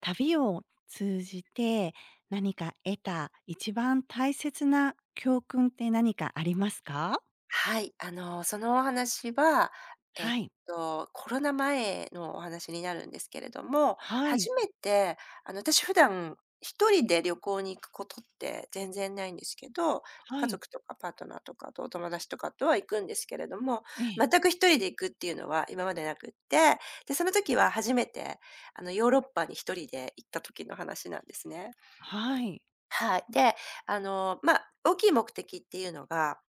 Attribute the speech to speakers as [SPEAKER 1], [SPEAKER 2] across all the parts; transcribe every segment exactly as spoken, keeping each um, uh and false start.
[SPEAKER 1] 旅を通じて何か得た一番大切な教訓って何かありますか？
[SPEAKER 2] はい、あの、そのお話は、えっ
[SPEAKER 1] はい。
[SPEAKER 2] と、コロナ前のお話になるんですけれども、
[SPEAKER 1] はい。
[SPEAKER 2] 初めて、あの、私普段一人で旅行に行くことって全然ないんですけど、
[SPEAKER 1] は
[SPEAKER 2] 家
[SPEAKER 1] い。
[SPEAKER 2] 族とかパートナーとか、とお友達とかとは行くんですけれども、
[SPEAKER 1] ええ。
[SPEAKER 2] 全く一人で行くっていうのは今までなくって、で、その時は初めて、あの、ヨーロッパに一人で行った時の話なんですね。
[SPEAKER 1] はい。
[SPEAKER 2] はい。で、あの、まあ、大きい目的っていうのが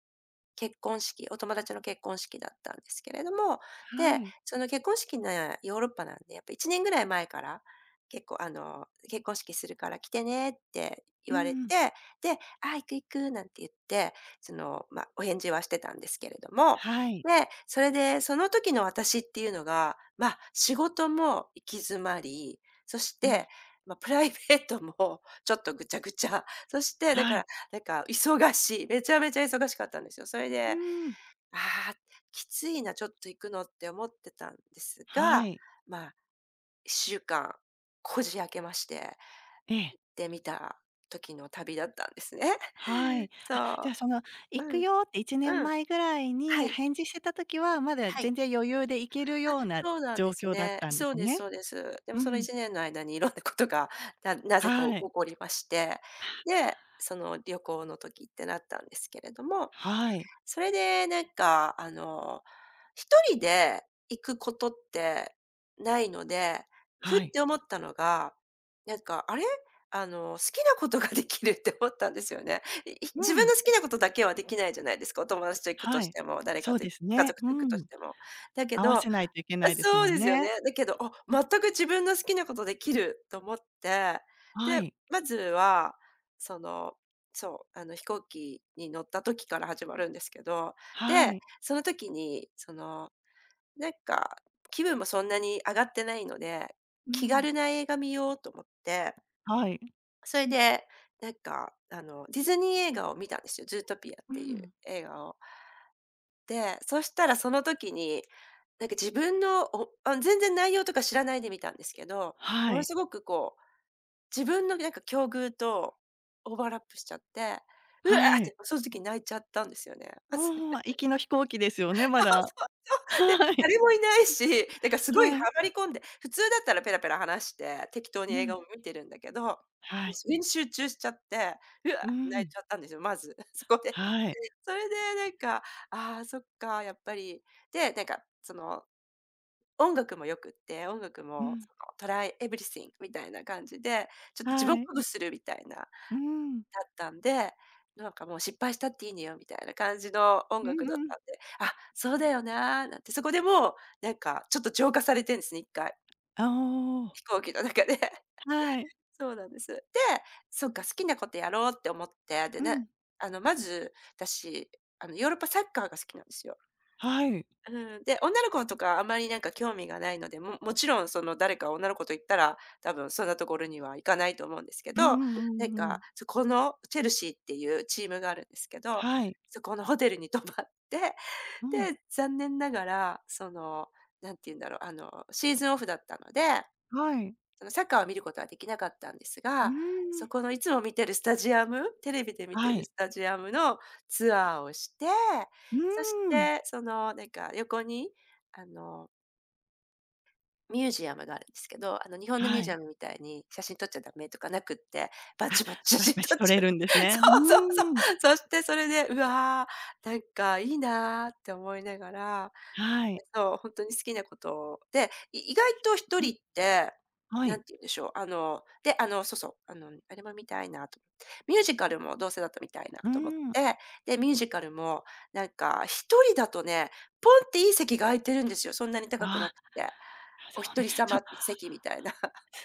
[SPEAKER 2] 結婚式、お友達の結婚式だったんですけれども、
[SPEAKER 1] は
[SPEAKER 2] で、
[SPEAKER 1] い。
[SPEAKER 2] その結婚式ね、ヨーロッパなんで、やっぱいちねんぐらい前から、結構あの、「結婚式するから来てね」って
[SPEAKER 1] う
[SPEAKER 2] 言われ
[SPEAKER 1] んうん。
[SPEAKER 2] て、で、「あ、行く行く」なんて言って、その、ま、お返事はしてたんですけれども、
[SPEAKER 1] はい。
[SPEAKER 2] で、それで、その時の私っていうのが、ま、仕事も行き詰まり、そし
[SPEAKER 1] うん。
[SPEAKER 2] て、ま、プライベートもちょっとぐちゃぐちゃ、そしてだ
[SPEAKER 1] は
[SPEAKER 2] から
[SPEAKER 1] い。
[SPEAKER 2] なんか忙しい、めちゃめちゃ忙しかったんですよ。それ
[SPEAKER 1] う
[SPEAKER 2] で、
[SPEAKER 1] ーん。
[SPEAKER 2] ああ、きついな、ちょっと行くのって思ってたんです
[SPEAKER 1] は
[SPEAKER 2] が、
[SPEAKER 1] い。
[SPEAKER 2] まあ、いっしゅうかんこじ開けまして、
[SPEAKER 1] ええ。
[SPEAKER 2] 行ってみた時の旅だったんですね。
[SPEAKER 1] はい。
[SPEAKER 2] そ
[SPEAKER 1] あ、じゃあ、その
[SPEAKER 2] う。う
[SPEAKER 1] 「行く
[SPEAKER 2] ん、
[SPEAKER 1] よ」って1年
[SPEAKER 2] うん。
[SPEAKER 1] 前ぐらい
[SPEAKER 2] は
[SPEAKER 1] に
[SPEAKER 2] い、
[SPEAKER 1] 返事してた時は、まだ
[SPEAKER 2] は
[SPEAKER 1] 全
[SPEAKER 2] い。
[SPEAKER 1] 然余裕で行ける
[SPEAKER 2] あ、
[SPEAKER 1] ような
[SPEAKER 2] そうなん
[SPEAKER 1] 状
[SPEAKER 2] です
[SPEAKER 1] 況だっ
[SPEAKER 2] ね。
[SPEAKER 1] たんで
[SPEAKER 2] そう
[SPEAKER 1] す
[SPEAKER 2] です
[SPEAKER 1] ね。
[SPEAKER 2] そうです。でも
[SPEAKER 1] う
[SPEAKER 2] その
[SPEAKER 1] ん。
[SPEAKER 2] いちねんの間にいろんなことが、ななぜか起
[SPEAKER 1] はい。
[SPEAKER 2] こりまして、で、その旅行の時ってなったんですけれども、
[SPEAKER 1] はい。
[SPEAKER 2] それでなんか、あの、一人で行くことってないので、ふ
[SPEAKER 1] は
[SPEAKER 2] っ
[SPEAKER 1] い。
[SPEAKER 2] て思ったのが、なんか、あれ、あの、好きなことができるって思ったんですよね。いい
[SPEAKER 1] う
[SPEAKER 2] 自分
[SPEAKER 1] ん。
[SPEAKER 2] の好きなことだけはできないじゃないですか、お友達と行くと
[SPEAKER 1] は
[SPEAKER 2] し
[SPEAKER 1] い。
[SPEAKER 2] ても、誰
[SPEAKER 1] そ
[SPEAKER 2] か
[SPEAKER 1] う
[SPEAKER 2] と
[SPEAKER 1] で
[SPEAKER 2] 行く
[SPEAKER 1] す
[SPEAKER 2] 家
[SPEAKER 1] ね。
[SPEAKER 2] 族
[SPEAKER 1] う
[SPEAKER 2] と行くと
[SPEAKER 1] ん。
[SPEAKER 2] しても。だけ
[SPEAKER 1] 合わ
[SPEAKER 2] ど、
[SPEAKER 1] せないといけな
[SPEAKER 2] あ、
[SPEAKER 1] いです
[SPEAKER 2] そ
[SPEAKER 1] も
[SPEAKER 2] う
[SPEAKER 1] ん
[SPEAKER 2] ですよね。
[SPEAKER 1] ね。
[SPEAKER 2] だけど、あ、全く自分の好きなことできると思って、
[SPEAKER 1] は
[SPEAKER 2] で、
[SPEAKER 1] い。
[SPEAKER 2] まずは、その、そう、あの、飛行機に乗った時から始まるんですけど、
[SPEAKER 1] は
[SPEAKER 2] で、
[SPEAKER 1] い。
[SPEAKER 2] その時に、その、なんか、気分もそんなに上がってないので、
[SPEAKER 1] う
[SPEAKER 2] 気
[SPEAKER 1] ん。
[SPEAKER 2] 軽な映画見ようと思って、
[SPEAKER 1] はい。
[SPEAKER 2] それで、なんか、あの、ディズニー映画を見たんですよ。ズートピアっ
[SPEAKER 1] う
[SPEAKER 2] ていう
[SPEAKER 1] ん。
[SPEAKER 2] 映画を。で、そしたらその時に、なんか自分のおあ、全然内容とか知らないで見たんですけど、
[SPEAKER 1] は
[SPEAKER 2] もの
[SPEAKER 1] い。
[SPEAKER 2] すごくこう、自分のなんか境遇とオーバーラップしちゃって、うわ
[SPEAKER 1] は
[SPEAKER 2] ーっ
[SPEAKER 1] い。
[SPEAKER 2] てその時泣いちゃったんですよね。
[SPEAKER 1] ああ、行きの飛行機ですよ ね、ま
[SPEAKER 2] そうそ
[SPEAKER 1] だ。
[SPEAKER 2] う そう。で、
[SPEAKER 1] はい。
[SPEAKER 2] 誰もいないし、だからすごいは
[SPEAKER 1] はい。
[SPEAKER 2] まり込んで、普通だったらペラペラ話して適当に
[SPEAKER 1] う
[SPEAKER 2] 映
[SPEAKER 1] ん。
[SPEAKER 2] 画を見てるんだけど、も
[SPEAKER 1] は
[SPEAKER 2] う
[SPEAKER 1] い。
[SPEAKER 2] それに集中しちゃって、うわ、
[SPEAKER 1] う
[SPEAKER 2] 泣い
[SPEAKER 1] ん。
[SPEAKER 2] ちゃったんですよ、まず、そこで。
[SPEAKER 1] はい。
[SPEAKER 2] それでなんか、ああ、そっか、やっぱり。で、なんかその音楽も良くって、音楽
[SPEAKER 1] う
[SPEAKER 2] も
[SPEAKER 1] ん。
[SPEAKER 2] そのトライエブリシングみたいな感じで、ちょっと自分
[SPEAKER 1] は
[SPEAKER 2] を
[SPEAKER 1] い。
[SPEAKER 2] 鼓舞するみたいなだ
[SPEAKER 1] うん。
[SPEAKER 2] ったんで、なんかもう失敗したっていいのよみたいな感じの音
[SPEAKER 1] う
[SPEAKER 2] 楽
[SPEAKER 1] ん
[SPEAKER 2] だっ
[SPEAKER 1] うん。
[SPEAKER 2] たんで、あ、そうだよな、なんて、そこでもう、なんかちょっと浄化されてんですね、いっかい、
[SPEAKER 1] あ、おお。
[SPEAKER 2] 飛行機の中で。
[SPEAKER 1] はい。
[SPEAKER 2] そうなんです。で、そっか、好きなことやろうって思って、で
[SPEAKER 1] う
[SPEAKER 2] ね、
[SPEAKER 1] ん。
[SPEAKER 2] あのまず、私、あのヨーロッパサッカーが好きなんですよ。
[SPEAKER 1] はい。
[SPEAKER 2] うん、で、女の子とかあまりなんか興味がないので、ももちろんその誰か女の子と行ったら、多分そんなところには行かないと思うんですけ
[SPEAKER 1] うんう
[SPEAKER 2] ど、
[SPEAKER 1] ん
[SPEAKER 2] なん
[SPEAKER 1] うんう
[SPEAKER 2] か、
[SPEAKER 1] ん。
[SPEAKER 2] そこのチェルシーっていうチームがあるんですけど、
[SPEAKER 1] はい。
[SPEAKER 2] そこのホテルに泊まって、
[SPEAKER 1] うん。
[SPEAKER 2] で、残念ながら、その、何て言うんだろう、あの、シーズンオフだったので
[SPEAKER 1] はい。
[SPEAKER 2] そのサッカーは見ることはできなかったんです
[SPEAKER 1] うー
[SPEAKER 2] が、そ
[SPEAKER 1] ん。
[SPEAKER 2] このいつも見てるスタジアム、テレビで見て
[SPEAKER 1] は
[SPEAKER 2] る
[SPEAKER 1] い。
[SPEAKER 2] スタジアムのツアーをして、
[SPEAKER 1] う
[SPEAKER 2] そし
[SPEAKER 1] ーん。
[SPEAKER 2] てそのなんか横にあのミュージアムがあるんですけど、あの日本のミュ
[SPEAKER 1] は
[SPEAKER 2] ージ
[SPEAKER 1] い。
[SPEAKER 2] アムみたいに写真撮っちゃダメとかなくって、バチバチ
[SPEAKER 1] バシ
[SPEAKER 2] 写真
[SPEAKER 1] バシ
[SPEAKER 2] 撮っ
[SPEAKER 1] 取れ
[SPEAKER 2] ちゃう。
[SPEAKER 1] るんです ね。
[SPEAKER 2] そうそうそ
[SPEAKER 1] うーん。
[SPEAKER 2] う。そしてそれで、うわー、なんかいいなーって思いながら
[SPEAKER 1] はい。
[SPEAKER 2] そう、本当に好きなことで、い意外と一
[SPEAKER 1] うん、
[SPEAKER 2] 人って、
[SPEAKER 1] は
[SPEAKER 2] な
[SPEAKER 1] い。
[SPEAKER 2] んて言うんでしょう、あの、で、あの、そうそう、あの、あれも見たいなと思ってミュージカルもどうせだと見たいな
[SPEAKER 1] うー
[SPEAKER 2] と思っ
[SPEAKER 1] ん。
[SPEAKER 2] て、で、ミュージカルもなんか一人だとね、ポンっていい席が空いてるんですよ、そんなに高くな
[SPEAKER 1] あ
[SPEAKER 2] くて。
[SPEAKER 1] あ、そ
[SPEAKER 2] お
[SPEAKER 1] う
[SPEAKER 2] 一
[SPEAKER 1] ね。
[SPEAKER 2] 人
[SPEAKER 1] そ
[SPEAKER 2] 様席みたいな。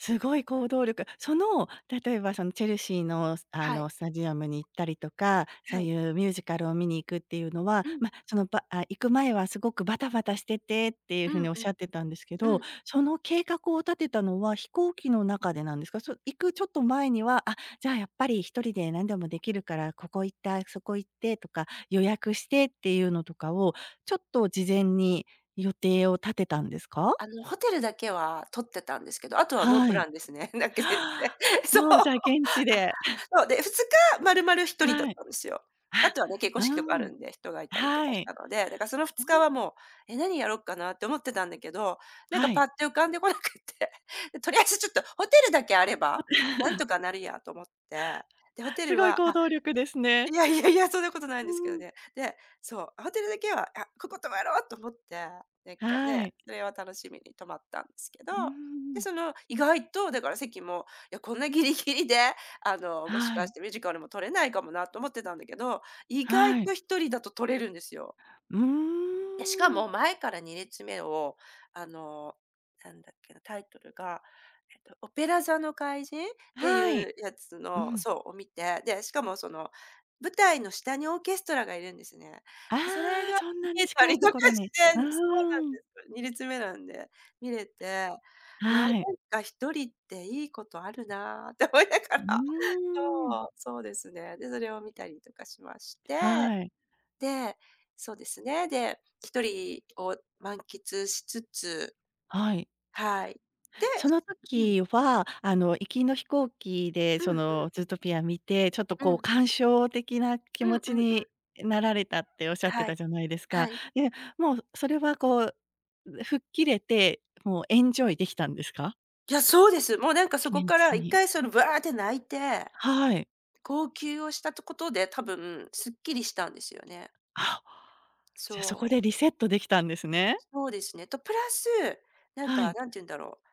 [SPEAKER 1] すごい行動力。その、例えばそのチェルシーの、あ
[SPEAKER 2] はい、
[SPEAKER 1] の、スタジアムに行ったりとか、そ
[SPEAKER 2] は
[SPEAKER 1] う
[SPEAKER 2] い。
[SPEAKER 1] いうミュージカルを見に行くっていうのは、
[SPEAKER 2] うん、
[SPEAKER 1] ま、その、ばあ、行く前はすごくバタバタしててっていう
[SPEAKER 2] う
[SPEAKER 1] 風
[SPEAKER 2] ん
[SPEAKER 1] におっ
[SPEAKER 2] う
[SPEAKER 1] し
[SPEAKER 2] ん、
[SPEAKER 1] ゃってたんですけ
[SPEAKER 2] う
[SPEAKER 1] ど、
[SPEAKER 2] ん。
[SPEAKER 1] その計画を立てたのは飛行機の中でなんですか？そ行くちょっと前には、あ、じゃあやっぱり一人で何でもできるから、ここ行った、そこ行ってとか、予約してっていうのとかを、ちょっと事前に予定を立てたんですか？
[SPEAKER 2] あの、ホテルだけは取ってたんですけど、あとはノー
[SPEAKER 1] は
[SPEAKER 2] プラ
[SPEAKER 1] い。
[SPEAKER 2] ンですね。だ けで、
[SPEAKER 1] はあ
[SPEAKER 2] そう。
[SPEAKER 1] もう、じゃあ、現地で
[SPEAKER 2] そう、で、ふつか丸々1 人だっ
[SPEAKER 1] はい。
[SPEAKER 2] たんですよ。あ
[SPEAKER 1] あ、
[SPEAKER 2] とはね、結婚式とかあ
[SPEAKER 1] うん、
[SPEAKER 2] るんで、人がいたりとか
[SPEAKER 1] は
[SPEAKER 2] し
[SPEAKER 1] い。
[SPEAKER 2] たので、だからその
[SPEAKER 1] う
[SPEAKER 2] ふつか
[SPEAKER 1] ん、
[SPEAKER 2] はもう、え、何やろっかなって思ってたんだけど、なんか
[SPEAKER 1] は
[SPEAKER 2] パ
[SPEAKER 1] い。
[SPEAKER 2] ッて浮かんでこなくて、で、とりあえずちょっとホテルだけあれば、なんとかなるやと思って、で、ホテ
[SPEAKER 1] す
[SPEAKER 2] ル
[SPEAKER 1] ごい
[SPEAKER 2] は、
[SPEAKER 1] 行
[SPEAKER 2] あ
[SPEAKER 1] 動力ですね。
[SPEAKER 2] いやいやいや、そんなことないん
[SPEAKER 1] う
[SPEAKER 2] ですけど
[SPEAKER 1] ん、
[SPEAKER 2] ね。で、そう、ホテルだけは、あ、ここ泊まろうと思って、なんか
[SPEAKER 1] は
[SPEAKER 2] ね、
[SPEAKER 1] い。
[SPEAKER 2] それは楽しみに泊まったんですけ
[SPEAKER 1] うん
[SPEAKER 2] ど、
[SPEAKER 1] う
[SPEAKER 2] で、そ
[SPEAKER 1] ん。
[SPEAKER 2] の、意外とだから席も、いや、こんなギリギリで、あの、もし
[SPEAKER 1] は
[SPEAKER 2] か
[SPEAKER 1] い、
[SPEAKER 2] してミュージカルも取れないかもなと思ってたんだけど、意外
[SPEAKER 1] はい。
[SPEAKER 2] と一人だと取れるんですよ。
[SPEAKER 1] うー
[SPEAKER 2] で、しか
[SPEAKER 1] ん、
[SPEAKER 2] も前からに列目を、あの、なんだっけな、タイトルが、えっと、オペラ座の怪人って
[SPEAKER 1] は
[SPEAKER 2] い
[SPEAKER 1] い。
[SPEAKER 2] うやつ
[SPEAKER 1] う
[SPEAKER 2] の
[SPEAKER 1] ん。
[SPEAKER 2] そう、を見て、で、しかもその、舞台の下にオーケストラがいるんですね。
[SPEAKER 1] あ
[SPEAKER 2] で、それ
[SPEAKER 1] あ、
[SPEAKER 2] が
[SPEAKER 1] そんなに
[SPEAKER 2] 見えた
[SPEAKER 1] 近い
[SPEAKER 2] りと
[SPEAKER 1] と
[SPEAKER 2] か
[SPEAKER 1] ころ
[SPEAKER 2] し
[SPEAKER 1] に。
[SPEAKER 2] てそ
[SPEAKER 1] う
[SPEAKER 2] うなんで
[SPEAKER 1] ーん、
[SPEAKER 2] す。に列目なんで、見れて、うわ、なん
[SPEAKER 1] はい。
[SPEAKER 2] かひとりっていいことあるなって思いなが
[SPEAKER 1] う
[SPEAKER 2] ら
[SPEAKER 1] ーん、
[SPEAKER 2] そう、そうですね。で、それを見たりとかしまして、
[SPEAKER 1] はい、
[SPEAKER 2] で、そうですね。で、一人を満喫しつつ、
[SPEAKER 1] はい。
[SPEAKER 2] はい。で、
[SPEAKER 1] その
[SPEAKER 2] うん。
[SPEAKER 1] 時は、あの、行きの飛行機で、
[SPEAKER 2] う
[SPEAKER 1] そ
[SPEAKER 2] んう
[SPEAKER 1] の、
[SPEAKER 2] ん。
[SPEAKER 1] ズートピア見て、ちょっと
[SPEAKER 2] う
[SPEAKER 1] こう
[SPEAKER 2] ん。
[SPEAKER 1] 感傷的な気
[SPEAKER 2] うん
[SPEAKER 1] 持ち
[SPEAKER 2] うんう
[SPEAKER 1] に
[SPEAKER 2] ん。
[SPEAKER 1] なられたっておっしゃって
[SPEAKER 2] は
[SPEAKER 1] た
[SPEAKER 2] い。
[SPEAKER 1] じゃないです
[SPEAKER 2] は
[SPEAKER 1] か。
[SPEAKER 2] い。
[SPEAKER 1] で、もうそれはこう、吹っ切れて、もうエンジョイできたんですか？
[SPEAKER 2] いや、そうです。もうなんかそこ
[SPEAKER 1] 現
[SPEAKER 2] から
[SPEAKER 1] 地
[SPEAKER 2] 一
[SPEAKER 1] に。
[SPEAKER 2] 回そのブワーって泣いて、
[SPEAKER 1] はい。
[SPEAKER 2] 号泣をしたとことで、多分すっきりしたんですよね。
[SPEAKER 1] あ、じゃ、そこで
[SPEAKER 2] そう。
[SPEAKER 1] リセットできたんですね。
[SPEAKER 2] そうですね。と、プラス、なん
[SPEAKER 1] は
[SPEAKER 2] か
[SPEAKER 1] い、
[SPEAKER 2] なんて言うんだろう、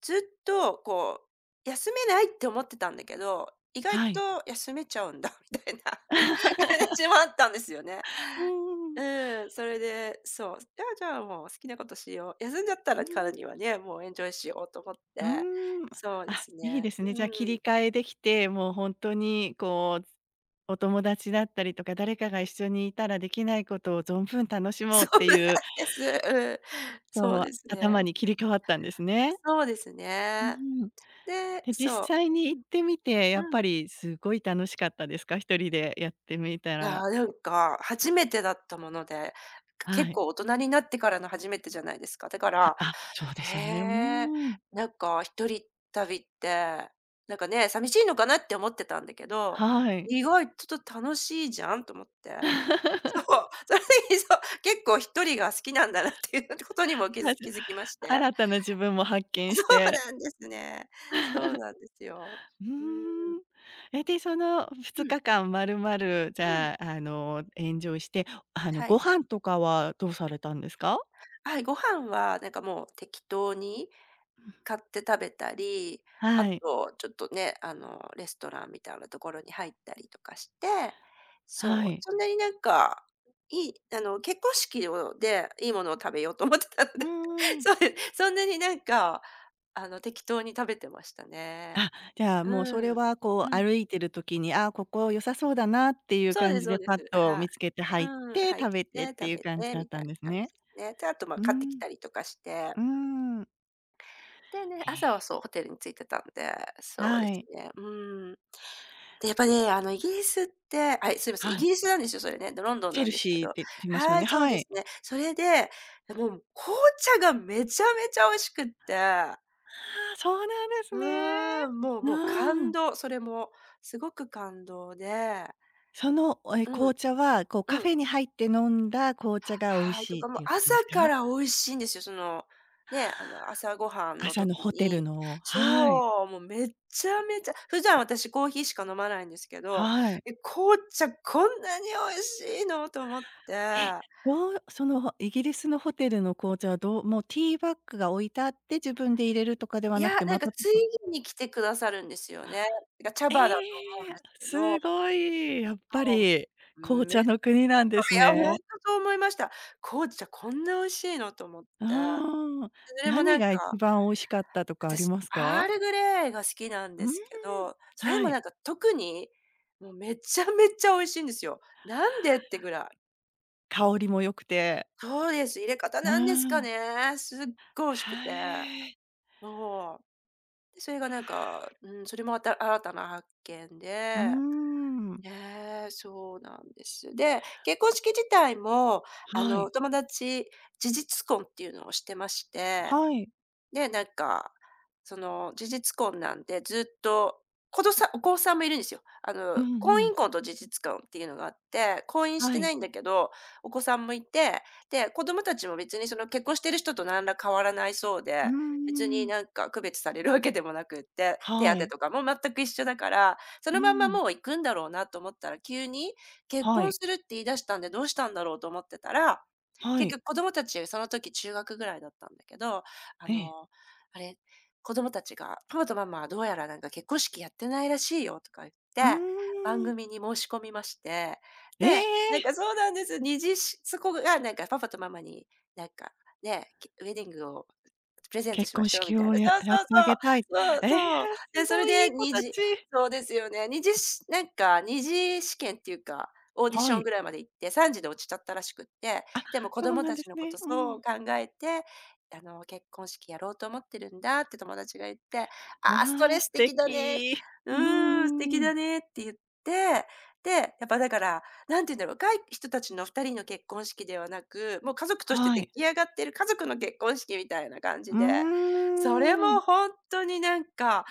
[SPEAKER 2] ずっとこう、休めないって思ってたんだけど、意外
[SPEAKER 1] はい。
[SPEAKER 2] と休めちゃうんだみたいな。話もあったんですよね。
[SPEAKER 1] うんうんうん。
[SPEAKER 2] うん、それで、そう、じゃあじゃあもう好きなことしよう。休んじゃったらからにはね、もうエンジョイしようと思っ
[SPEAKER 1] ー
[SPEAKER 2] て。
[SPEAKER 1] ん、うーん。
[SPEAKER 2] そうで
[SPEAKER 1] あ、
[SPEAKER 2] す
[SPEAKER 1] いい
[SPEAKER 2] ね。
[SPEAKER 1] ですね。
[SPEAKER 2] う
[SPEAKER 1] じゃ、
[SPEAKER 2] ん。
[SPEAKER 1] 切り 替えできて、もうほんとにこうお友達だったりとか、誰かが一緒にいたらできないことを存分楽しもう
[SPEAKER 2] そう
[SPEAKER 1] ってい
[SPEAKER 2] なん
[SPEAKER 1] う、
[SPEAKER 2] です。うん。そう
[SPEAKER 1] こう、
[SPEAKER 2] です
[SPEAKER 1] 頭
[SPEAKER 2] ね。
[SPEAKER 1] に切り替わったんですね。
[SPEAKER 2] そうです
[SPEAKER 1] う
[SPEAKER 2] ね。
[SPEAKER 1] ん。
[SPEAKER 2] で、
[SPEAKER 1] で、実
[SPEAKER 2] そう。
[SPEAKER 1] 際に
[SPEAKER 2] う
[SPEAKER 1] 行ってみて、やっ
[SPEAKER 2] ん、
[SPEAKER 1] ぱ
[SPEAKER 2] うん。
[SPEAKER 1] りすごい楽しかったですか一人でやってみた
[SPEAKER 2] いや
[SPEAKER 1] ら。
[SPEAKER 2] ー、なんか初めてだったもので、
[SPEAKER 1] は
[SPEAKER 2] 結
[SPEAKER 1] い。
[SPEAKER 2] 構大人になってからの初めてじゃないですか。だか
[SPEAKER 1] は
[SPEAKER 2] ら
[SPEAKER 1] あ、そうで
[SPEAKER 2] へ
[SPEAKER 1] すよね。う
[SPEAKER 2] え。
[SPEAKER 1] ーん。
[SPEAKER 2] なんか一人旅って、なんかね、寂しいのかなって思ってたんだけど、
[SPEAKER 1] はい。
[SPEAKER 2] 意外とちょっと楽しいじゃんと思って。そう、その時にそう、結構一人が好きなんだなっていうことにも気
[SPEAKER 1] あ
[SPEAKER 2] づ
[SPEAKER 1] じ
[SPEAKER 2] 気 づきまして。
[SPEAKER 1] 新たな自分も発見
[SPEAKER 2] そ
[SPEAKER 1] し
[SPEAKER 2] う
[SPEAKER 1] て。
[SPEAKER 2] なんですね。そうなんですよ。
[SPEAKER 1] うー
[SPEAKER 2] うーん。
[SPEAKER 1] ん。え、で、その2
[SPEAKER 2] う
[SPEAKER 1] 日間まるまる、じ
[SPEAKER 2] ん、うん。
[SPEAKER 1] ゃあ、あの、エンジョイして、あの、
[SPEAKER 2] は
[SPEAKER 1] ご
[SPEAKER 2] い。
[SPEAKER 1] 飯とかはどうされたんですか？
[SPEAKER 2] はい、ご飯はなんかもう適当に買って食べたり、あ
[SPEAKER 1] はい。
[SPEAKER 2] とちょっとね、あの、レストランみたいなところに入ったりとかして、
[SPEAKER 1] は
[SPEAKER 2] そう、
[SPEAKER 1] い。
[SPEAKER 2] そんなになんか、いいあの、結婚式をで、いいものを食べようと思ってたの
[SPEAKER 1] う
[SPEAKER 2] で、
[SPEAKER 1] ー ん。
[SPEAKER 2] そういう、そんなになんか、あの、適当に食べてましたね。
[SPEAKER 1] あ、じゃあ、もうそれ
[SPEAKER 2] うん。
[SPEAKER 1] は
[SPEAKER 2] う
[SPEAKER 1] こう
[SPEAKER 2] ん。
[SPEAKER 1] 歩いてる時に、あここ良さそうだなっていう
[SPEAKER 2] そうで
[SPEAKER 1] 感
[SPEAKER 2] す、
[SPEAKER 1] じ
[SPEAKER 2] そ
[SPEAKER 1] で
[SPEAKER 2] うで
[SPEAKER 1] パッ
[SPEAKER 2] す。
[SPEAKER 1] と
[SPEAKER 2] はい。
[SPEAKER 1] 見つけて入っ
[SPEAKER 2] うん、
[SPEAKER 1] て
[SPEAKER 2] 入っ
[SPEAKER 1] 食べてっ
[SPEAKER 2] て
[SPEAKER 1] て
[SPEAKER 2] 食
[SPEAKER 1] いう
[SPEAKER 2] べ
[SPEAKER 1] 感じ
[SPEAKER 2] て
[SPEAKER 1] だっ
[SPEAKER 2] みた
[SPEAKER 1] た
[SPEAKER 2] い
[SPEAKER 1] んです
[SPEAKER 2] な感
[SPEAKER 1] ね。
[SPEAKER 2] じですね。で、あと、まあ、
[SPEAKER 1] うー
[SPEAKER 2] 買ってき
[SPEAKER 1] ん、
[SPEAKER 2] たりとかして。
[SPEAKER 1] うーん。
[SPEAKER 2] でね、
[SPEAKER 1] へえ、
[SPEAKER 2] 朝はそう、ホテルに着いてたんで、そうで
[SPEAKER 1] は
[SPEAKER 2] す
[SPEAKER 1] い、
[SPEAKER 2] ね、うーん。で、やっぱね、あの、イギリスって、はい、すいません、イ
[SPEAKER 1] は
[SPEAKER 2] ギ
[SPEAKER 1] い。
[SPEAKER 2] リスなんですよ、それね。で、ロンドン
[SPEAKER 1] チェ
[SPEAKER 2] な
[SPEAKER 1] ル
[SPEAKER 2] んですけ
[SPEAKER 1] シーっ
[SPEAKER 2] ど。
[SPEAKER 1] て言ってましたもん
[SPEAKER 2] は
[SPEAKER 1] ね。
[SPEAKER 2] い、そう
[SPEAKER 1] は
[SPEAKER 2] で
[SPEAKER 1] い。
[SPEAKER 2] すね。それで、もう紅茶がめちゃめちゃ美味しくって。
[SPEAKER 1] ああ、そうなんです
[SPEAKER 2] う
[SPEAKER 1] ね。
[SPEAKER 2] ーん、もう
[SPEAKER 1] う
[SPEAKER 2] もう
[SPEAKER 1] ー
[SPEAKER 2] 感
[SPEAKER 1] ん。
[SPEAKER 2] 動、それもすごく感動で。
[SPEAKER 1] その、おえ、
[SPEAKER 2] う
[SPEAKER 1] 紅
[SPEAKER 2] ん、
[SPEAKER 1] 茶は、こうカ
[SPEAKER 2] う
[SPEAKER 1] フ
[SPEAKER 2] ん。
[SPEAKER 1] ェに入って飲んだ紅茶が美味
[SPEAKER 2] はい、と
[SPEAKER 1] しいっ
[SPEAKER 2] かも
[SPEAKER 1] て
[SPEAKER 2] う
[SPEAKER 1] いうこと
[SPEAKER 2] 朝
[SPEAKER 1] です
[SPEAKER 2] か
[SPEAKER 1] か？
[SPEAKER 2] ら美味しいんですよ。その、ね、あの、朝ごはんの
[SPEAKER 1] 朝の
[SPEAKER 2] 時
[SPEAKER 1] ホテル
[SPEAKER 2] に
[SPEAKER 1] のはい、
[SPEAKER 2] そう、もうめちゃめちゃ普段私コーヒーしか飲まないんですけど、
[SPEAKER 1] はい。
[SPEAKER 2] え、紅茶こんなに美味しいのと思っ
[SPEAKER 1] え、
[SPEAKER 2] て。
[SPEAKER 1] どうその、イギリスのホテルの紅茶はどうもうティーバッグが置いてあって、自分で入れるとかでは
[SPEAKER 2] い
[SPEAKER 1] なく
[SPEAKER 2] や、
[SPEAKER 1] て、
[SPEAKER 2] な
[SPEAKER 1] ま
[SPEAKER 2] んか
[SPEAKER 1] たち
[SPEAKER 2] つ
[SPEAKER 1] ょっと
[SPEAKER 2] いに来てくださるんですよね。が茶
[SPEAKER 1] え
[SPEAKER 2] 葉だと思う
[SPEAKER 1] え、
[SPEAKER 2] んですけど、
[SPEAKER 1] すごい、やっぱ
[SPEAKER 2] そ
[SPEAKER 1] り
[SPEAKER 2] う、
[SPEAKER 1] 紅
[SPEAKER 2] めい
[SPEAKER 1] 茶の国なんです
[SPEAKER 2] や、ほんと
[SPEAKER 1] ね。
[SPEAKER 2] そう思いました。紅茶こんな美味しいのと思っ
[SPEAKER 1] う
[SPEAKER 2] て。で、
[SPEAKER 1] ーん。
[SPEAKER 2] それも
[SPEAKER 1] 何
[SPEAKER 2] なん
[SPEAKER 1] が一
[SPEAKER 2] か
[SPEAKER 1] 番美味しかったとかあり
[SPEAKER 2] 私、
[SPEAKER 1] ます
[SPEAKER 2] アー
[SPEAKER 1] か？
[SPEAKER 2] ルグレイが好きなん
[SPEAKER 1] う
[SPEAKER 2] で
[SPEAKER 1] ーん、
[SPEAKER 2] すけど、それ
[SPEAKER 1] は
[SPEAKER 2] も
[SPEAKER 1] い。
[SPEAKER 2] なんか特に、もうめちゃめちゃ美味しいんですよ。なんでってぐらい。
[SPEAKER 1] 香りも良くて。
[SPEAKER 2] そうです、入れ方
[SPEAKER 1] うー
[SPEAKER 2] なんですか
[SPEAKER 1] ん、
[SPEAKER 2] ね。すっごい美味しくて。
[SPEAKER 1] へえ。
[SPEAKER 2] もう。で、それがなんか、うん、それもあた新たな発見
[SPEAKER 1] うー
[SPEAKER 2] で。
[SPEAKER 1] ん、
[SPEAKER 2] ねえ、そうなんです。で、結婚式自体も、あ
[SPEAKER 1] は
[SPEAKER 2] の、お
[SPEAKER 1] い、
[SPEAKER 2] 友達事実婚っていうのをしてまして、
[SPEAKER 1] はい。
[SPEAKER 2] で、なんか、その、事実婚なんで、ずっと、子どさお子さんもいるんですよ。あ
[SPEAKER 1] う
[SPEAKER 2] の、
[SPEAKER 1] ん
[SPEAKER 2] 婚
[SPEAKER 1] うん。
[SPEAKER 2] 姻婚と事実婚っていうのがあって、婚姻し
[SPEAKER 1] は
[SPEAKER 2] て
[SPEAKER 1] い。
[SPEAKER 2] ないんだけど、お子さんもいて、で、子供たちも別にその結婚してる人と何ら変わらないそう
[SPEAKER 1] うー
[SPEAKER 2] で、別に
[SPEAKER 1] ん、
[SPEAKER 2] なんか区別されるわけでもなくって、手
[SPEAKER 1] は
[SPEAKER 2] 当
[SPEAKER 1] い。
[SPEAKER 2] とかも全く一緒だから、そ
[SPEAKER 1] う
[SPEAKER 2] のまんま
[SPEAKER 1] ん。
[SPEAKER 2] もう行くんだろうなと思ったら、急に結
[SPEAKER 1] は
[SPEAKER 2] 婚
[SPEAKER 1] い。
[SPEAKER 2] するって言い出したんで、どうしたんだろうと思ってたら、
[SPEAKER 1] は
[SPEAKER 2] 結
[SPEAKER 1] い。
[SPEAKER 2] 局子供たち、その時中学ぐらいだったんだけど、あ
[SPEAKER 1] ええ。
[SPEAKER 2] の、あれ、子供たちが「パパとママはどうやらなんか結婚式やってないらしいよ」とか言っ
[SPEAKER 1] うー
[SPEAKER 2] て、番
[SPEAKER 1] ん。
[SPEAKER 2] 組に申し込みまして、
[SPEAKER 1] え
[SPEAKER 2] で、なん
[SPEAKER 1] え！
[SPEAKER 2] かそうなんです。二次し、そこがなんかパパとママになんかね、きウェディングをプレゼント
[SPEAKER 1] 結
[SPEAKER 2] しま
[SPEAKER 1] 婚
[SPEAKER 2] しょうみ
[SPEAKER 1] 式
[SPEAKER 2] たい
[SPEAKER 1] を
[SPEAKER 2] な。
[SPEAKER 1] や
[SPEAKER 2] そう
[SPEAKER 1] やってあ
[SPEAKER 2] そ
[SPEAKER 1] げ
[SPEAKER 2] う
[SPEAKER 1] たい。
[SPEAKER 2] そう。
[SPEAKER 1] ええ、
[SPEAKER 2] そうそう。
[SPEAKER 1] す
[SPEAKER 2] で、それ
[SPEAKER 1] ごいい
[SPEAKER 2] で
[SPEAKER 1] い子
[SPEAKER 2] に
[SPEAKER 1] た
[SPEAKER 2] 次
[SPEAKER 1] ち。
[SPEAKER 2] そうですよね。に次し、なんかに次試験っていうか、オーディシ
[SPEAKER 1] は
[SPEAKER 2] ョン
[SPEAKER 1] い。
[SPEAKER 2] ぐらいまで行って、さん次で落ちちゃったらしくって、でも子
[SPEAKER 1] そう
[SPEAKER 2] 供
[SPEAKER 1] なん
[SPEAKER 2] た
[SPEAKER 1] で
[SPEAKER 2] ち
[SPEAKER 1] す
[SPEAKER 2] のこ
[SPEAKER 1] ね。
[SPEAKER 2] と
[SPEAKER 1] う
[SPEAKER 2] そ
[SPEAKER 1] ん。
[SPEAKER 2] う考えて、あの「結婚式やろうと思ってるんだ」って友達が言って、「ああ、ス
[SPEAKER 1] あ
[SPEAKER 2] ト
[SPEAKER 1] あ、
[SPEAKER 2] レ
[SPEAKER 1] 素
[SPEAKER 2] ス的だね。
[SPEAKER 1] 敵。
[SPEAKER 2] う
[SPEAKER 1] うー
[SPEAKER 2] ーん、素敵
[SPEAKER 1] ん。
[SPEAKER 2] だね」って言って、で、やっぱだからなんて言うんだろう、若い人たちのふたりの結婚式ではなく、もう家族として
[SPEAKER 1] は
[SPEAKER 2] 出
[SPEAKER 1] い。
[SPEAKER 2] 来上がってる家族の結婚式みたいな感
[SPEAKER 1] う
[SPEAKER 2] じで、
[SPEAKER 1] ー
[SPEAKER 2] それ
[SPEAKER 1] ん。
[SPEAKER 2] もほんとになんか、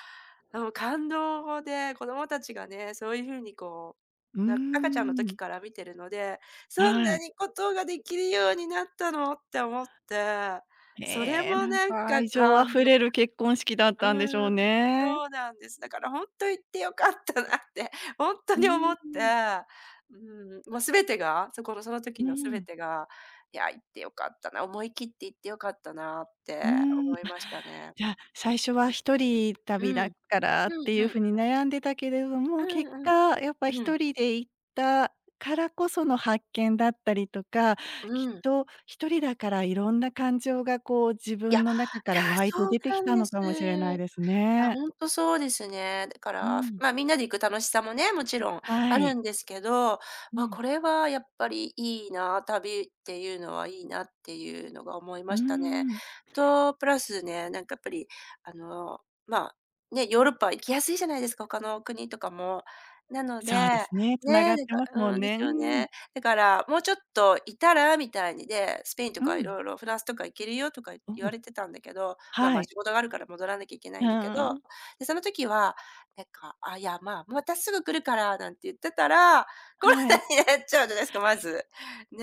[SPEAKER 2] あの、感動で、子供たちがね、そういう風にこ
[SPEAKER 1] うー
[SPEAKER 2] う、な赤ちゃんの時
[SPEAKER 1] ん。
[SPEAKER 2] から見てるので、そん
[SPEAKER 1] は
[SPEAKER 2] な
[SPEAKER 1] い。
[SPEAKER 2] にことができるようになったのって思って、
[SPEAKER 1] へ
[SPEAKER 2] それ
[SPEAKER 1] え、
[SPEAKER 2] も
[SPEAKER 1] なん
[SPEAKER 2] なん
[SPEAKER 1] か
[SPEAKER 2] か
[SPEAKER 1] 愛情あ
[SPEAKER 2] 感
[SPEAKER 1] ふ
[SPEAKER 2] 動。
[SPEAKER 1] れる結婚式だっ
[SPEAKER 2] う
[SPEAKER 1] たんでし
[SPEAKER 2] ー
[SPEAKER 1] ょう
[SPEAKER 2] ん、
[SPEAKER 1] ね。
[SPEAKER 2] そうなんです。だから本当行ってよかったなって、本当
[SPEAKER 1] う
[SPEAKER 2] に思
[SPEAKER 1] ー
[SPEAKER 2] っ
[SPEAKER 1] ん。
[SPEAKER 2] て、うん、もう全てが、そこのその時
[SPEAKER 1] う
[SPEAKER 2] の全
[SPEAKER 1] ん。
[SPEAKER 2] てが、いや、行ってよかったな、思い切って行ってよかったなっ
[SPEAKER 1] うー
[SPEAKER 2] て
[SPEAKER 1] ん。
[SPEAKER 2] 思いましたね。
[SPEAKER 1] じゃあ、最初は一人
[SPEAKER 2] う
[SPEAKER 1] 旅
[SPEAKER 2] ん。う
[SPEAKER 1] だからって
[SPEAKER 2] ん
[SPEAKER 1] いう
[SPEAKER 2] う
[SPEAKER 1] ふ
[SPEAKER 2] ん。
[SPEAKER 1] うに悩んでたけれど
[SPEAKER 2] う
[SPEAKER 1] も、結
[SPEAKER 2] んうん。
[SPEAKER 1] 果やっぱ
[SPEAKER 2] う
[SPEAKER 1] 一
[SPEAKER 2] ん。
[SPEAKER 1] 人で行ったからこその発見だったりとか、き
[SPEAKER 2] う
[SPEAKER 1] っ
[SPEAKER 2] ん。
[SPEAKER 1] と一人だからいろんな感情がこう自
[SPEAKER 2] いや、い
[SPEAKER 1] 分の中か
[SPEAKER 2] や、
[SPEAKER 1] ら湧いて
[SPEAKER 2] そう
[SPEAKER 1] 出てき
[SPEAKER 2] なん
[SPEAKER 1] た
[SPEAKER 2] で
[SPEAKER 1] の
[SPEAKER 2] す。
[SPEAKER 1] かもしれないです
[SPEAKER 2] あ、
[SPEAKER 1] ね。
[SPEAKER 2] ほんとそうですね。だか
[SPEAKER 1] う
[SPEAKER 2] ら、
[SPEAKER 1] ん。
[SPEAKER 2] まあ、みんなで行く楽しさもね、もちろん
[SPEAKER 1] は
[SPEAKER 2] ある
[SPEAKER 1] い。
[SPEAKER 2] んですけど、
[SPEAKER 1] う
[SPEAKER 2] わ、
[SPEAKER 1] ん。
[SPEAKER 2] これはやっぱりいいな、旅っていうのはいいなっていうのが思い
[SPEAKER 1] う
[SPEAKER 2] ま
[SPEAKER 1] ー
[SPEAKER 2] したね。
[SPEAKER 1] ん。
[SPEAKER 2] と、プラスね、なんかやっぱり、あの、まあ、ね、ヨーロッパ行きやすいじゃないですか、他の国とかも。なので、
[SPEAKER 1] そうですね、つながっ
[SPEAKER 2] ね、だ
[SPEAKER 1] て
[SPEAKER 2] か
[SPEAKER 1] ますもん
[SPEAKER 2] うん、で
[SPEAKER 1] ね。う
[SPEAKER 2] すよ
[SPEAKER 1] ん。
[SPEAKER 2] ね。だから、もうちょっといたらみたいに、で、スペインと
[SPEAKER 1] う
[SPEAKER 2] か色
[SPEAKER 1] ん。
[SPEAKER 2] 々フランスとか行けるよとか
[SPEAKER 1] お
[SPEAKER 2] 言わ
[SPEAKER 1] お。
[SPEAKER 2] れてたんだけど、まあ
[SPEAKER 1] は
[SPEAKER 2] まあ、
[SPEAKER 1] い。
[SPEAKER 2] 仕事があるから戻らなきゃいけな
[SPEAKER 1] う
[SPEAKER 2] いんだけど、
[SPEAKER 1] ん
[SPEAKER 2] で、その時は、なんか、あ、いや、まあ、またすぐ来るからなんて言ってたら、コロ
[SPEAKER 1] はい。
[SPEAKER 2] ナになっちゃうじゃないですか、まず。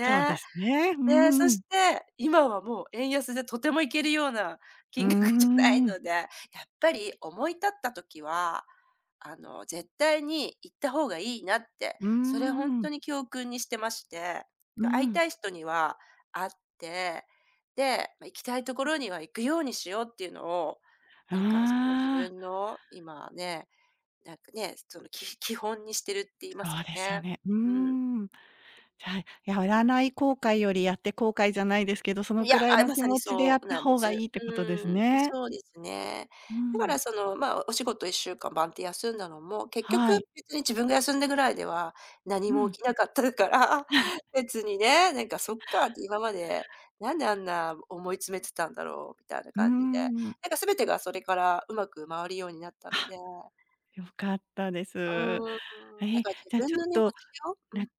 [SPEAKER 1] そうですね。う
[SPEAKER 2] で、そ
[SPEAKER 1] ん。
[SPEAKER 2] して、今はもう円安でとても行けるような
[SPEAKER 1] うー
[SPEAKER 2] 金額じゃな
[SPEAKER 1] ん。
[SPEAKER 2] いので、やっぱり思い立った時は、あの、絶対に行った方がいいなって、
[SPEAKER 1] うー
[SPEAKER 2] それほん
[SPEAKER 1] ん、
[SPEAKER 2] とに教訓にしてまして、
[SPEAKER 1] う
[SPEAKER 2] 会い
[SPEAKER 1] ん。
[SPEAKER 2] たい人には会って、で、ま、行きたいところには行くようにしようっていうのを、
[SPEAKER 1] あ
[SPEAKER 2] なんかその自
[SPEAKER 1] あ、
[SPEAKER 2] 分の今ね、なんかね、そのき基本にしてるって言います
[SPEAKER 1] そう
[SPEAKER 2] か
[SPEAKER 1] ですよ
[SPEAKER 2] ね。
[SPEAKER 1] ね。うー
[SPEAKER 2] うん。
[SPEAKER 1] ん。じゃあ、やらない後悔よりやって後悔じゃないですけど、その
[SPEAKER 2] いや、
[SPEAKER 1] くらい
[SPEAKER 2] あ、
[SPEAKER 1] の
[SPEAKER 2] ま
[SPEAKER 1] 気
[SPEAKER 2] さに
[SPEAKER 1] 持ちでや
[SPEAKER 2] そ
[SPEAKER 1] っ
[SPEAKER 2] う
[SPEAKER 1] た
[SPEAKER 2] なんで
[SPEAKER 1] 方
[SPEAKER 2] す。
[SPEAKER 1] がいいってことです
[SPEAKER 2] うん、
[SPEAKER 1] ね。
[SPEAKER 2] そうですね。
[SPEAKER 1] う
[SPEAKER 2] だか
[SPEAKER 1] ん。
[SPEAKER 2] らその、まあ、お仕事いっしゅうかんバンって休んだのも、結局
[SPEAKER 1] はい。
[SPEAKER 2] 別に自分が休んだぐらいでは何
[SPEAKER 1] う
[SPEAKER 2] も
[SPEAKER 1] ん。
[SPEAKER 2] 起きなかったから、別にね、なんかそっかって今まで、なんであんな思い詰めてたんだろうみたいな
[SPEAKER 1] うー
[SPEAKER 2] 感じで、
[SPEAKER 1] ん。
[SPEAKER 2] なんか全てがそれからうまく回るようになったの
[SPEAKER 1] あ、
[SPEAKER 2] で、
[SPEAKER 1] 良かったです。
[SPEAKER 2] う
[SPEAKER 1] え
[SPEAKER 2] ーん、だ
[SPEAKER 1] え、
[SPEAKER 2] から自
[SPEAKER 1] じゃ、
[SPEAKER 2] 分
[SPEAKER 1] ちょっ
[SPEAKER 2] のね、持
[SPEAKER 1] と、
[SPEAKER 2] ちようう
[SPEAKER 1] な
[SPEAKER 2] ん、う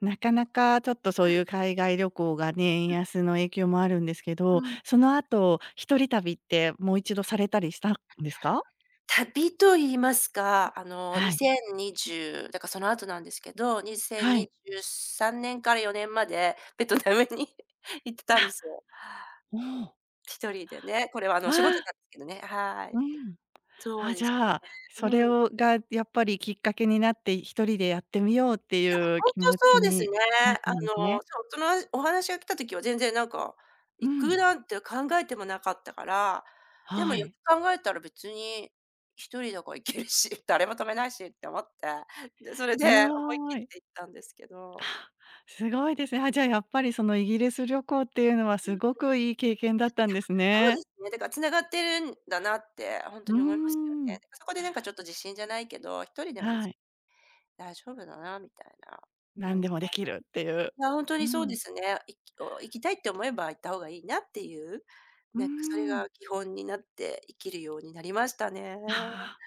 [SPEAKER 1] なかなかちょっとそう
[SPEAKER 2] ん、
[SPEAKER 1] いう海外旅行がね、円安の影響もあるんですけど、
[SPEAKER 2] うん。
[SPEAKER 1] その後、一人旅ってもう一度されたりしたんですか？
[SPEAKER 2] 旅と言いますか、あの、
[SPEAKER 1] はい。
[SPEAKER 2] にせんにじゅうだからその後なんですけど、
[SPEAKER 1] はい。
[SPEAKER 2] にせんにじゅうさんねんからよねんまで ベトナムに 行ってたんです
[SPEAKER 1] あ、
[SPEAKER 2] よ。
[SPEAKER 1] おお。
[SPEAKER 2] 一人でね、これはあ
[SPEAKER 1] あ
[SPEAKER 2] の、仕事
[SPEAKER 1] あ、
[SPEAKER 2] なんですけどね、はい。
[SPEAKER 1] うん。
[SPEAKER 2] そ
[SPEAKER 1] あ、
[SPEAKER 2] う
[SPEAKER 1] じ
[SPEAKER 2] ですね。
[SPEAKER 1] ゃあ、そ
[SPEAKER 2] う
[SPEAKER 1] れ
[SPEAKER 2] ん。
[SPEAKER 1] をがやっぱりきっかけになって、一人でやってみようって
[SPEAKER 2] いや、
[SPEAKER 1] いう
[SPEAKER 2] ほんと
[SPEAKER 1] 気持
[SPEAKER 2] そ
[SPEAKER 1] ち
[SPEAKER 2] うです
[SPEAKER 1] に
[SPEAKER 2] ね。
[SPEAKER 1] なっ
[SPEAKER 2] あ
[SPEAKER 1] たんです
[SPEAKER 2] の、
[SPEAKER 1] ね。
[SPEAKER 2] そう、そのお話が来た時は全然なんか、
[SPEAKER 1] う
[SPEAKER 2] 行く
[SPEAKER 1] ん、
[SPEAKER 2] なんて考えてもなかったから、でも
[SPEAKER 1] は
[SPEAKER 2] よく
[SPEAKER 1] い。
[SPEAKER 2] 考えたら別に一人だから行けるし、誰も止めないしって思って、で、それで
[SPEAKER 1] え、
[SPEAKER 2] 思い
[SPEAKER 1] ご
[SPEAKER 2] 切
[SPEAKER 1] い。
[SPEAKER 2] って行ったんですけ ど。
[SPEAKER 1] あ、すごいですね。あ、じゃあやっぱりそのイギリス旅行っていうのは
[SPEAKER 2] う
[SPEAKER 1] す
[SPEAKER 2] ん、
[SPEAKER 1] ごくいい経験だったんです
[SPEAKER 2] そうで
[SPEAKER 1] ね。
[SPEAKER 2] すね、だから繋がってるんだなってほんと
[SPEAKER 1] うー
[SPEAKER 2] に思いますよね。
[SPEAKER 1] ん、
[SPEAKER 2] だからそこでなんかちょっと自信じゃないけど、一人では別
[SPEAKER 1] は
[SPEAKER 2] に
[SPEAKER 1] い。
[SPEAKER 2] 大丈夫だなみたいな。う
[SPEAKER 1] 何
[SPEAKER 2] ん。
[SPEAKER 1] でもできるっていう。
[SPEAKER 2] いや、ほんと
[SPEAKER 1] う
[SPEAKER 2] にそうで
[SPEAKER 1] ん、
[SPEAKER 2] すね。いきお行きたいって思えば行った方がいいなっていう、
[SPEAKER 1] うー
[SPEAKER 2] なんかそれ
[SPEAKER 1] ん。
[SPEAKER 2] が基本になって生きるようになりましたね。
[SPEAKER 1] あ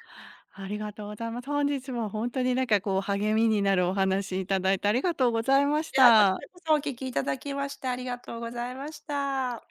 [SPEAKER 1] あ、ありがとうございます。本日はほんとになんかこう励みになるお話いただいてありがとうございまし
[SPEAKER 2] あ、こち
[SPEAKER 1] た。
[SPEAKER 2] らこそお聞きいただきましてありがとうございました。